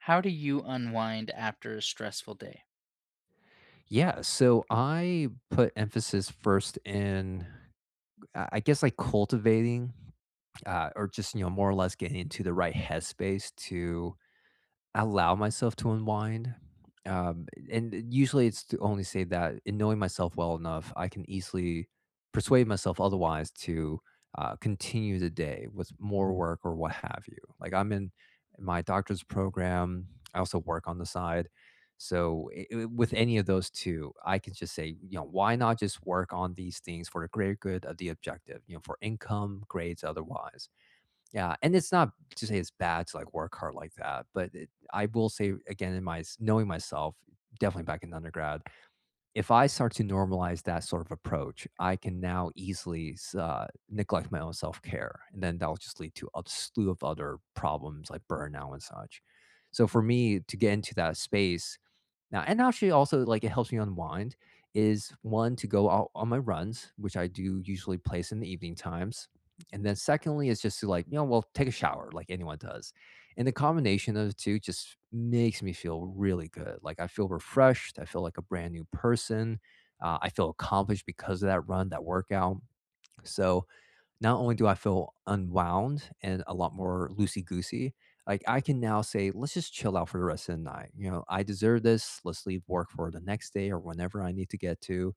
How do you unwind after a stressful day? Yeah, so I put emphasis first in, I guess, like cultivating, or just you know, more or less getting into the right headspace to allow myself to unwind. And usually it's to only say that in knowing myself well enough, I can easily persuade myself otherwise to continue the day with more work or what have you. Like I'm in my doctor's program, I also work on the side. So with any of those two, I can just say, you know, why not just work on these things for the greater good of the objective, you know, for income, grades, otherwise. Yeah, and it's not to say it's bad to, like, work hard like that, but it I will say again in my s knowing myself, definitely back in undergrad, if I start to normalize that sort of approach, I can now easily s neglect my own self-care, and then that'll just lead to a slew of other problems like burnout and such. So for me to get into that space, now, and actually also like it helps me unwind is one to go out on my runs, which I do usually place in the evening times. And then secondly is just to like, you know, well, take a shower like anyone does. And the combination of the two just makes me feel really good. Like I feel refreshed, I feel like a brand new person. I feel accomplished because of that run, that workout. So not only do I feel unwound and a lot more loosey goosey, like I can now say, let's just chill out for the rest of the night. You know, I deserve this. Let's leave work for the next day or whenever I need to get to.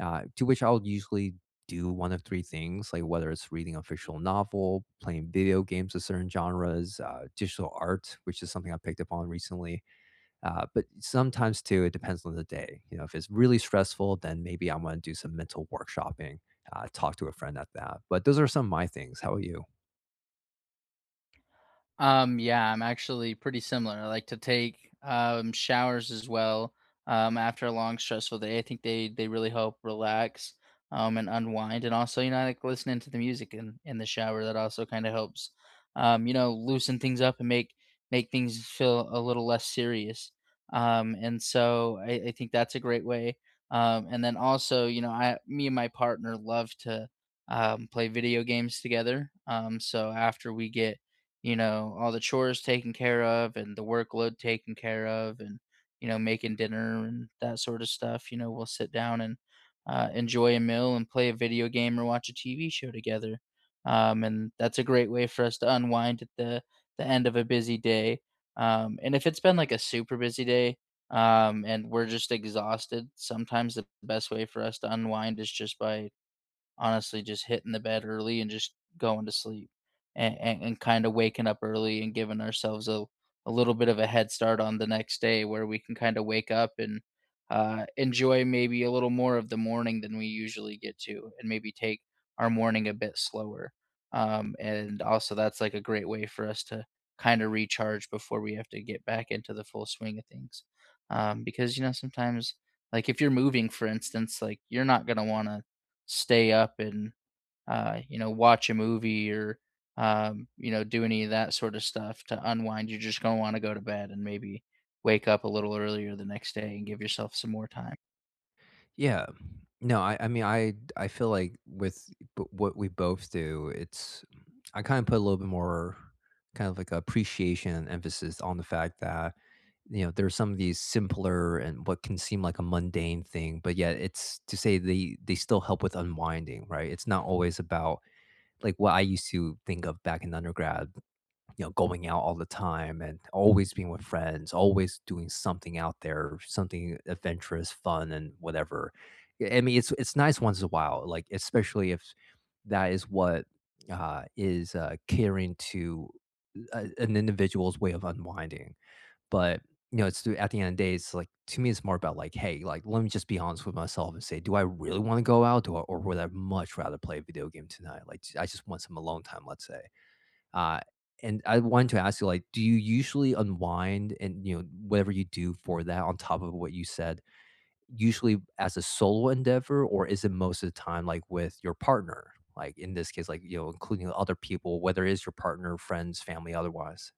To which I'll usually do one of three things, like whether it's reading a fictional novel, playing video games of certain genres, digital art, which is something I picked up on recently, but sometimes too, it depends on the day. You know, if it's really stressful, then maybe I want to do some mental workshopping, talk to a friend at that. But those are some of my things. How are you? Yeah, I'm actually pretty similar. I like to take showers as well after a long, stressful day. I think they really help relax, and unwind, and also, you know, I like listening to the music in the shower. That also kind of helps, you know, loosen things up and make make things feel a little less serious. And so I think that's a great way. And then also, you know, I me and my partner love to, play video games together. So after we get, you know, all the chores taken care of and the workload taken care of and, you know, making dinner and that sort of stuff, you know, we'll sit down and enjoy a meal and play a video game or watch a TV show together. And that's a great way for us to unwind at the end of a busy day. And if it's been like a super busy day, and we're just exhausted, sometimes the best way for us to unwind is just by honestly just hitting the bed early and just going to sleep and kind of waking up early and giving ourselves a little bit of a head start on the next day where we can kind of wake up and enjoy maybe a little more of the morning than we usually get to, and maybe take our morning a bit slower. And also, that's like a great way for us to kind of recharge before we have to get back into the full swing of things. Because, you know, sometimes, like if you're moving, for instance, like you're not going to want to stay up and, you know, watch a movie or, you know, do any of that sort of stuff to unwind. You're just going to want to go to bed and maybe wake up a little earlier the next day and give yourself some more time. Yeah. No, I mean, I feel like with what we both do, it's, I kind of put a little bit more kind of like appreciation and emphasis on the fact that, you know, there's some of these simpler and what can seem like a mundane thing, but yet it's to say they still help with unwinding, right? It's not always about, like what I used to think of back in undergrad, you know, going out all the time and always being with friends, always doing something out there, something adventurous, fun, and whatever. Yeah, I mean, it's nice once in a while, like especially if that is what is catering to an individual's way of unwinding. But, you know, it's at the end of the day, it's like to me, it's more about like, hey, like, let me just be honest with myself and say, do I really want to go out, do I, or would I much rather play a video game tonight? Like, I just want some alone time, let's say. Uh, and I wanted to ask you, like, do you usually unwind and you know whatever you do for that on top of what you said, usually as a solo endeavor, or is it most of the time like with your partner? Like in this case, like you know, including other people, whether it is your partner, friends, family, otherwise.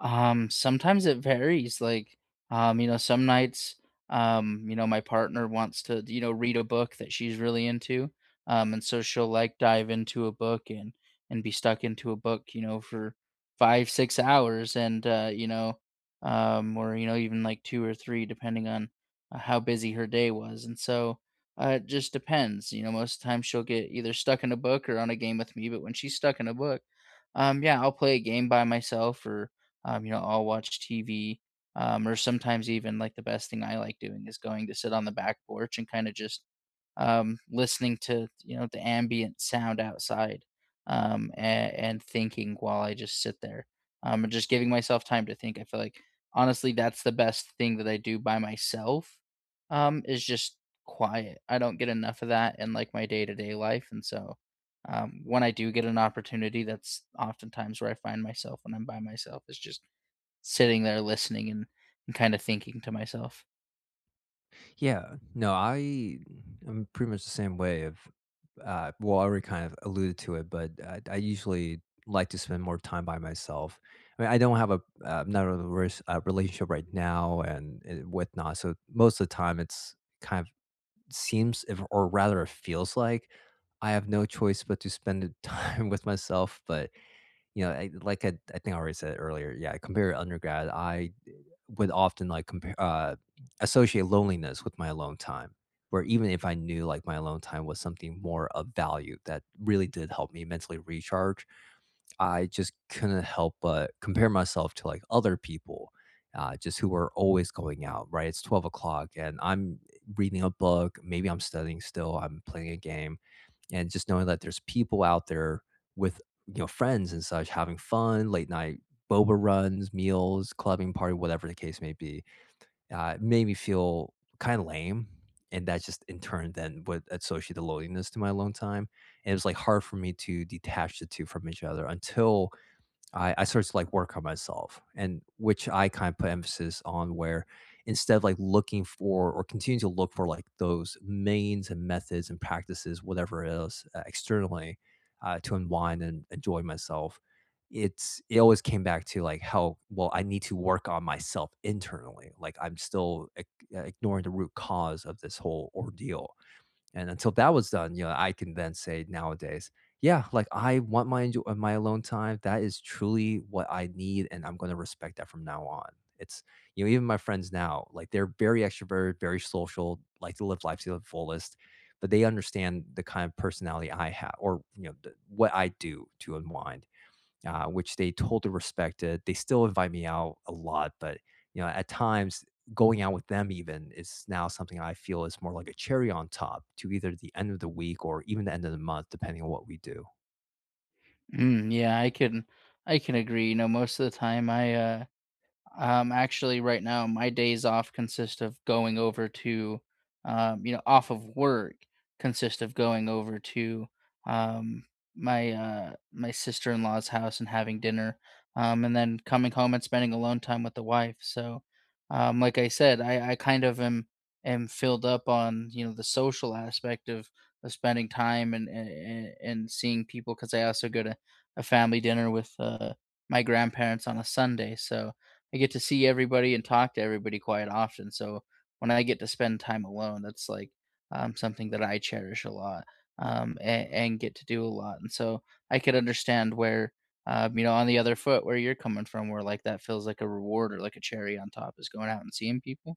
Sometimes it varies, like, you know, some nights, you know, my partner wants to, you know, read a book that she's really into. And so she'll like dive into a book and be stuck into a book, you know, for five, 6 hours, and or, you know, even like two or three, depending on how busy her day was. And so it just depends. You know, most times she'll get either stuck in a book or on a game with me, but when she's stuck in a book, yeah, I'll play a game by myself or, you know, I'll watch TV, or sometimes even like the best thing I like doing is going to sit on the back porch and kind of just listening to, you know, the ambient sound outside, and thinking while I just sit there, and just giving myself time to think. I feel like honestly, that's the best thing that I do by myself, is just quiet. I don't get enough of that in like my day to day life, and so when I do get an opportunity, that's oftentimes where I find myself when I'm by myself, is just sitting there listening and kind of thinking to myself. Yeah. No, I'm pretty much the same way of well, I already kind of alluded to it, but I usually like to spend more time by myself. I mean, I don't have a not a relationship right now and whatnot, so most of the time it's kind of seems, if, or rather, it feels like I have no choice but to spend the time with myself. But you know, I think I already said earlier, yeah, compared to undergrad, I would often like compare associate loneliness with my alone time. Where even if I knew like my alone time was something more of value that really did help me mentally recharge, I just couldn't help but compare myself to like other people, just who were always going out. Right, it's 12 o'clock, and I'm reading a book. Maybe I'm studying still. I'm playing a game, and just knowing that there's people out there with you know friends and such having fun, late night boba runs, meals, clubbing party, whatever the case may be. It made me feel kind of lame, and that just in turn then would associate the loneliness to my alone time, and it was, like, hard for me to detach the 2 from each other until I started to like work on myself and which I kind of put emphasis on where instead of like looking for or continuing to look for like those means and methods and practices, whatever it is externally to unwind and enjoy myself, it always came back to like how well I need to work on myself internally. Like I'm still ignoring the root cause of this whole ordeal and until that was done, you know, I can then say nowadays, yeah, like I want my my alone time. That is truly what I need, and I'm going to respect that from now on. It's you know, even my friends now, like they're very extroverted, very social, like to live life to the fullest, but they understand the kind of personality I have, or you know, the, what I do to unwind which they totally respected. They still invite me out a lot, but you know, at times going out with them even is now something I feel is more like a cherry on top to either the end of the week or even the end of the month, depending on what we do. Mm, yeah, I can agree. You know, most of the time I actually, right now, my days off consist of going over to, you know, off of work, consist of going over to, um, my my sister in law's house and having dinner, and then coming home and spending alone time with the wife. So, like I said, I kind of am filled up on, you know, the social aspect of spending time and seeing people, because I also go to a family dinner with my grandparents on a Sunday. So I get to see everybody and talk to everybody quite often. So when I get to spend time alone, that's like something that I cherish a lot, and get to do a lot. And so I could understand where, you know, on the other foot, where you're coming from, where like that feels like a reward or like a cherry on top is going out and seeing people.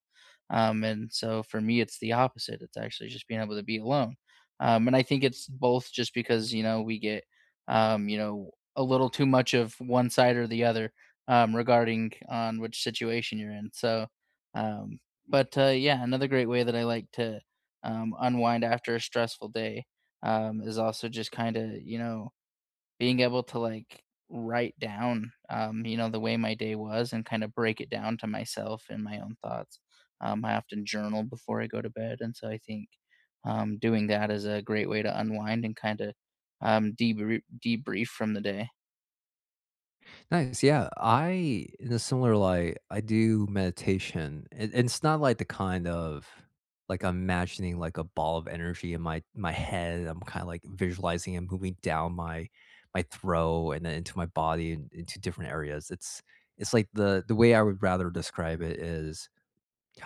And so for me, it's the opposite. It's actually just being able to be alone. And I think it's both just because, you know, we get, you know, a little too much of one side or the other, regarding on which situation you're in. So, um, but yeah, another great way that I like to, unwind after a stressful day, is also just kind of, you know, being able to like write down, you know, the way my day was and kind of break it down to myself and my own thoughts. I often journal before I go to bed, and so I think doing that is a great way to unwind and kind of debrief debrief from the day. Nice. Yeah. I, in a similar light, I do meditation. And it's not like the kind of like I'm imagining like a ball of energy in my head. I'm kind of like visualizing and moving down my throat and then into my body and into different areas. It's like the way I would rather describe it is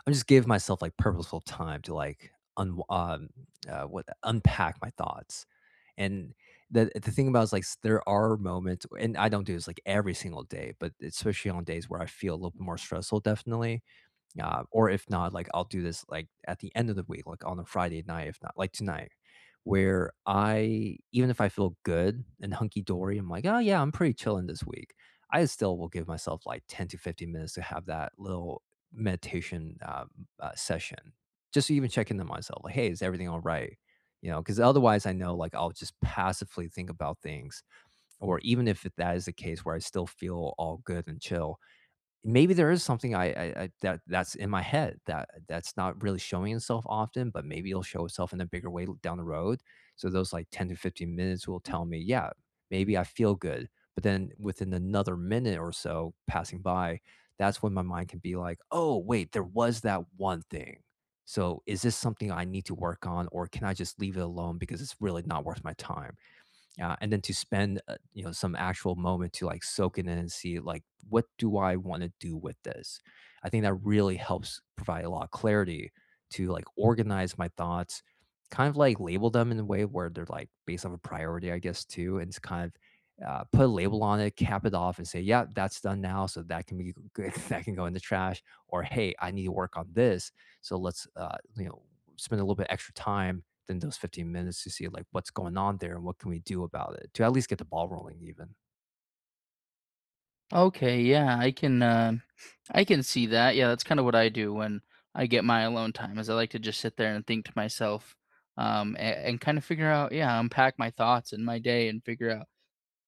I'm just give myself like purposeful time to like un what unpack my thoughts and the thing about it is, like, s there are moments and I don't do this, like, every single day, but especially on days where I feel a little bit more stressful, definitely, or if not, like I'll do this like at the end of the week, like on a Friday night, if not like tonight, where I even if I feel good and hunky dory, I'm like, oh yeah, I'm pretty chilling this week. I still will give myself like 10 to 15 minutes to have that little meditation session, just to even check in myself, like, hey, is everything all right? You know, because otherwise I know like I'll just passively think about things, or even if that is the case where I still feel all good and chill, maybe there is something I that that's in my head that that's not really showing itself often, but maybe it'll show itself in a bigger way down the road. So those, like, 10 to 15 minutes will tell me, "Yeah, maybe I feel good." But then within another minute or so passing by, that's when my mind can be like, "Oh, wait, there was that one thing. So is this something I need to work on, or can I just leave it alone because it's really not worth my time?" And then to spend you know some actual moment to like soak it in and see like what do I want to do with this. I think that really helps provide a lot of clarity to like organize my thoughts, kind of like label them in a way where they're like based off a priority I guess too, and it's kind of put a label on it, cap it off and say yeah that's done now so that can be that can go in the trash, or hey I need to work on this, so let's you know spend a little bit extra time than those 15 minutes to see, like, what's going on there and what can we do about it to at least get the ball rolling even. Okay, yeah, I can see that. Yeah, that's kind of what I do when I get my alone time, is I like to just sit there and think to myself, and kind of figure out, yeah, unpack my thoughts and my day and figure out,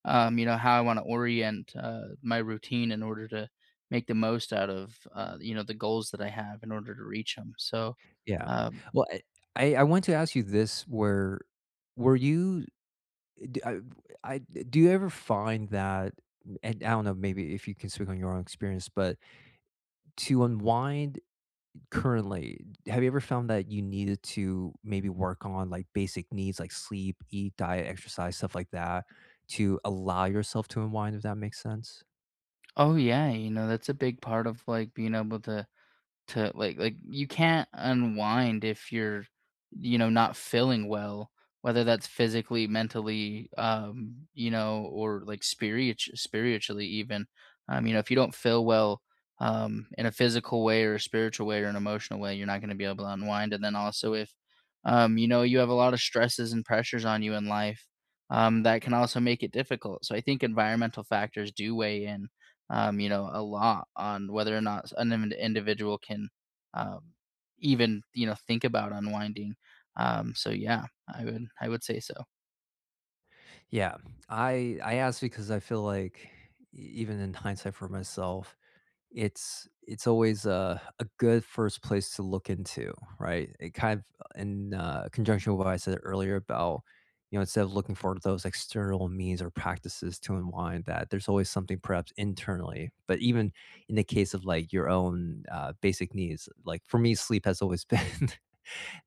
you know, how I want to orient my routine in order to make the most out of, you know, the goals that I have in order to reach them. So, Yeah. um, Well, I want to ask you this, where were you d I do you ever find that, and I don't know, maybe if you can speak on your own experience, but to unwind currently, have you ever found that you needed to maybe work on, like, basic needs like sleep, eat, diet, exercise, stuff like that to allow yourself to unwind, if that makes sense? oh yeah, you know, that's a big part of like being able to like you can't unwind if you're, you know, not feeling well, whether that's physically, mentally, you know, or like spirit spiritually even. You know, if you don't feel well in a physical way or a spiritual way or an emotional way, you're not going to be able to unwind. And then also if, you know, you have a lot of stresses and pressures on you in life, that can also make it difficult. So I think environmental factors do weigh in, you know, a lot on whether or not an in- individual can um, even, you know, think about unwinding. So yeah, I would say so. Yeah. I ask because I feel like e even in hindsight for myself, it's always a good first place to look into, right? It kind of in, conjunction with what I said earlier about, you know, instead of looking for those external means or practices to unwind that, there's always something perhaps internally. But even in the case of, like, your own, basic needs, like, for me, sleep has always been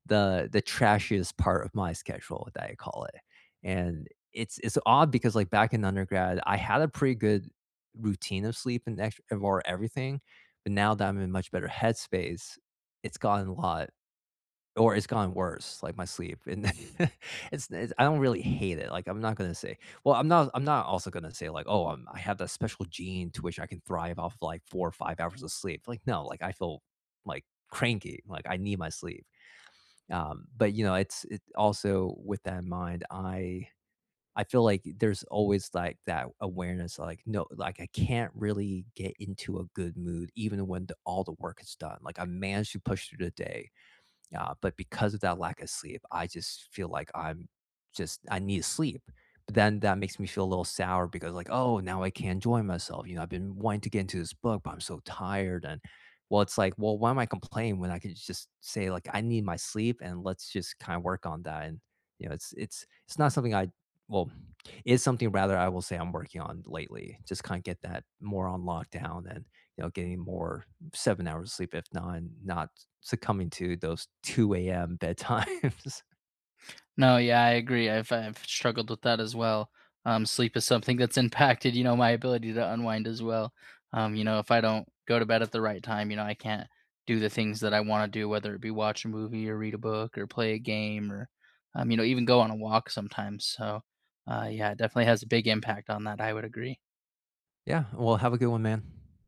the trashiest part of my schedule that I call it. And it's odd because like back in undergrad, I had a pretty good routine of sleep or everything, but now that I'm in much better headspace, it's gotten a lot or it's gotten worse, like my sleep. And it's I don't really hate it. Like I'm not gonna say, well, I'm not also gonna say like, I have that special gene to which I can thrive off like 4 or 5 hours of sleep. Like no, like I feel like cranky. Like I need my sleep. But, you know, it's it also with that in mind, I feel like there's always, like, that awareness, like, no, like, I can't really get into a good mood even when the all the work is done. Like, I managed to push through the day. But because of that lack of sleep, I just feel like I need sleep. But then that makes me feel a little sour because like, oh, now I can't enjoy myself. You know, I've been wanting to get into this book, but I'm so tired. And well, it's like, well, why am I complaining when I can just say like I need my sleep and let's just kind of work on that. And you know, it's not something I well, it's something rather I will say I'm working on lately. Just kind of get that more on lockdown and you know, getting more 7 hours of sleep, if not, not succumbing to those 2 a.m. bedtimes. No, yeah, I agree. I've struggled with that as well. Sleep is something that's impacted, you know, my ability to unwind as well. You know, if I don't go to bed at the right time, you know, I can't do the things that I want to do, whether it be watch a movie or read a book or play a game or, you know, even go on a walk sometimes. So, yeah, it definitely has a big impact on that. I would agree. Yeah, well, have a good one, man.